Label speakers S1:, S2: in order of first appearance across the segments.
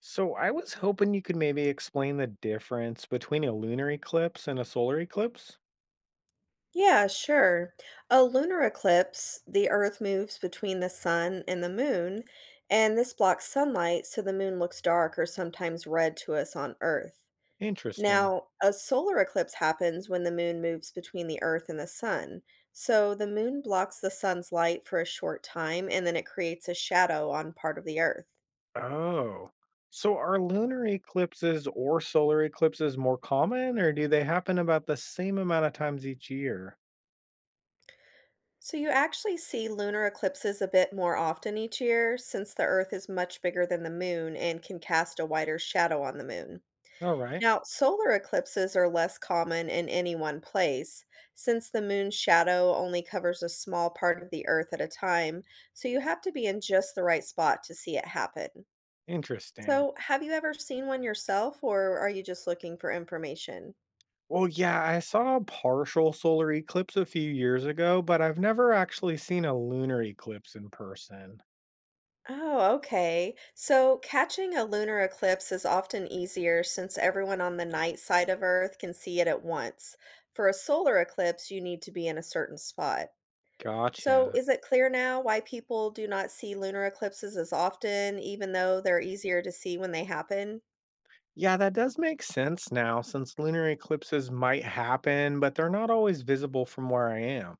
S1: So I was hoping you could maybe explain the difference between a lunar eclipse and a solar eclipse.
S2: Yeah, sure. A lunar eclipse, the Earth moves between the sun and the moon, and this blocks sunlight, so the moon looks dark or sometimes red to us on Earth.
S1: Interesting.
S2: Now, a solar eclipse happens when the moon moves between the Earth and the sun. So the moon blocks the sun's light for a short time, and then it creates a shadow on part of the Earth.
S1: Oh. So are lunar eclipses or solar eclipses more common, or do they happen about the same amount of times each year?
S2: So you actually see lunar eclipses a bit more often each year since the Earth is much bigger than the moon and can cast a wider shadow on the moon.
S1: All right.
S2: Now, solar eclipses are less common in any one place, since the moon's shadow only covers a small part of the Earth at a time, so you have to be in just the right spot to see it happen.
S1: Interesting.
S2: So, have you ever seen one yourself, or are you just looking for information?
S1: Well, yeah, I saw a partial solar eclipse a few years ago, but I've never actually seen a lunar eclipse in person.
S2: Oh, okay. So catching a lunar eclipse is often easier since everyone on the night side of Earth can see it at once. For a solar eclipse, you need to be in a certain spot. So,
S1: Gotcha.
S2: is it clear now why people do not see lunar eclipses as often, even though they're easier to see when they happen?
S1: Yeah, that does make sense now, since lunar eclipses might happen, but they're not always visible from where I am.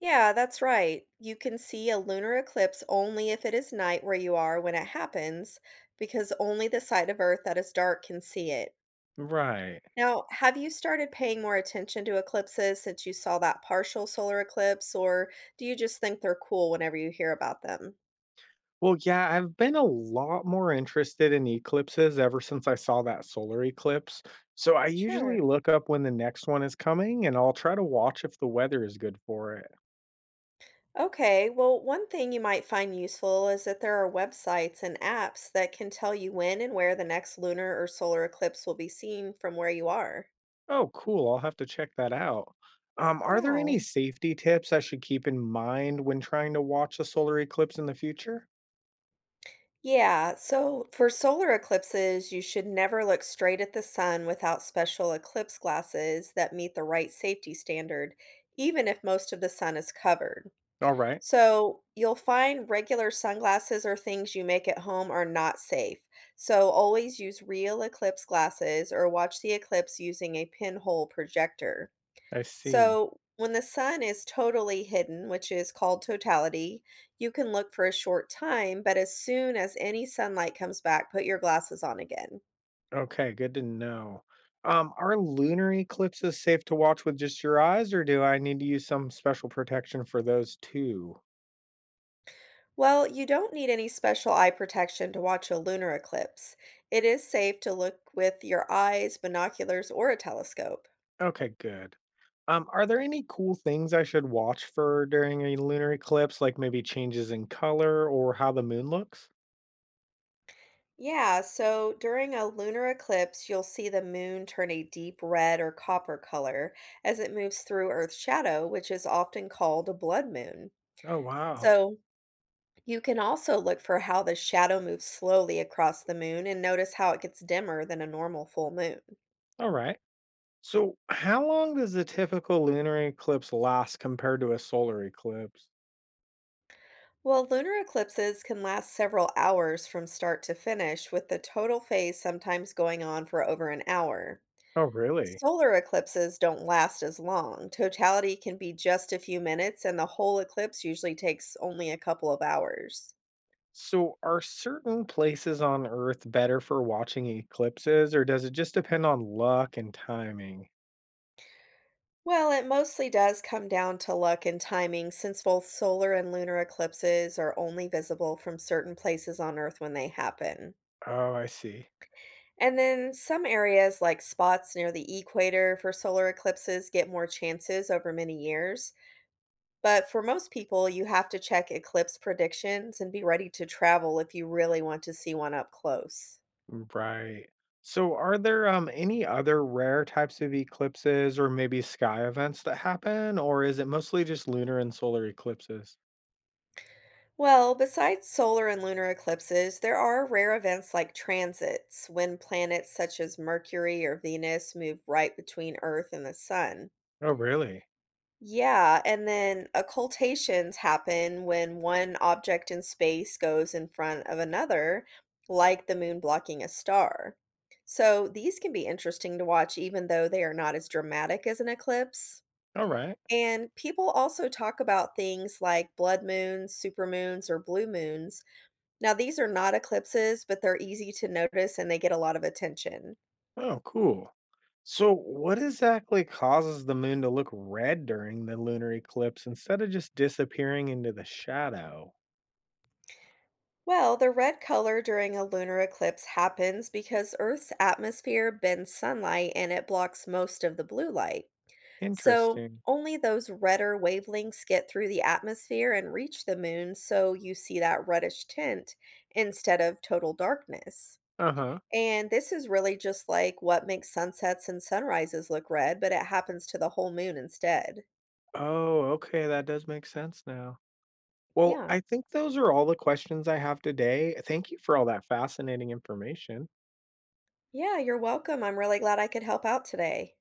S2: Yeah, that's right. You can see a lunar eclipse only if it is night where you are when it happens, because only the side of Earth that is dark can see it.
S1: Right.
S2: Now, have you started paying more attention to eclipses since you saw that partial solar eclipse, or do you just think they're cool whenever you hear about them?
S1: Well, yeah, I've been a lot more interested in eclipses ever since I saw that solar eclipse. So I
S2: Sure.
S1: usually look up when the next one is coming and I'll try to watch if the weather is good for it.
S2: Okay, well, one thing you might find useful is that there are websites and apps that can tell you when and where the next lunar or solar eclipse will be seen from where you are.
S1: Oh, cool. I'll have to check that out. Are there
S2: Yeah.
S1: any safety tips I should keep in mind when trying to watch a solar eclipse in the future?
S2: Yeah, so for solar eclipses, you should never look straight at the sun without special eclipse glasses that meet the right safety standard, even if most of the sun is covered.
S1: All right.
S2: So, you'll find regular sunglasses or things you make at home are not safe. So, always use real eclipse glasses or watch the eclipse using a pinhole projector.
S1: I see.
S2: So, when the sun is totally hidden, which is called totality, you can look for a short time, but as soon as any sunlight comes back, put your glasses on again.
S1: Okay, good to know. Are lunar eclipses safe to watch with just your eyes, or do I need to use some special protection for those too?
S2: Well, you don't need any special eye protection to watch a lunar eclipse. It is safe to look with your eyes, binoculars, or a telescope.
S1: Okay, good. Are there any cool things I should watch for during a lunar eclipse, like maybe changes in color or how the moon looks?
S2: Yeah, so during a lunar eclipse, you'll see the moon turn a deep red or copper color as it moves through Earth's shadow, which is often called a blood moon.
S1: Oh, wow.
S2: So you can also look for how the shadow moves slowly across the moon and notice how it gets dimmer than a normal full moon.
S1: All right. So, how long does a typical lunar eclipse last compared to a solar eclipse?
S2: Well, lunar eclipses can last several hours from start to finish, with the total phase sometimes going on for over an hour.
S1: Oh, really?
S2: Solar eclipses don't last as long. Totality can be just a few minutes, and the whole eclipse usually takes only a couple of hours.
S1: So, are certain places on Earth better for watching eclipses, or does it just depend on luck and timing?
S2: Well, it mostly does come down to luck and timing since both solar and lunar eclipses are only visible from certain places on Earth when they happen.
S1: Oh, I see.
S2: And then some areas, like spots near the equator for solar eclipses, get more chances over many years. But for most people, you have to check eclipse predictions and be ready to travel if you really want to see one up close.
S1: Right. So, are there any other rare types of eclipses or maybe sky events that happen, or is it mostly just lunar and solar eclipses?
S2: Well, besides solar and lunar eclipses, there are rare events like transits, when planets such as Mercury or Venus move right between Earth and the Sun.
S1: Oh, really?
S2: Yeah, and then occultations happen when one object in space goes in front of another, like the moon blocking a star. So these can be interesting to watch, even though they are not as dramatic as an eclipse.
S1: All right.
S2: And people also talk about things like blood moons, supermoons, or blue moons. Now, these are not eclipses, but they're easy to notice and they get a lot of attention.
S1: Oh, cool. So, what exactly causes the moon to look red during the lunar eclipse instead of just disappearing into the shadow?
S2: Well, the red color during a lunar eclipse happens because Earth's atmosphere bends sunlight and it blocks most of the blue light. So,
S1: Interesting.
S2: only those redder wavelengths get through the atmosphere and reach the moon, so you see that reddish tint instead of total darkness.
S1: Uh huh.
S2: And this is really just like what makes sunsets and sunrises look red, but it happens to the whole moon instead.
S1: Oh, okay, that does make sense now. Well,
S2: Yeah.
S1: I think those are all the questions I have today. Thank you for all that fascinating information.
S2: Yeah, you're welcome. I'm really glad I could help out today.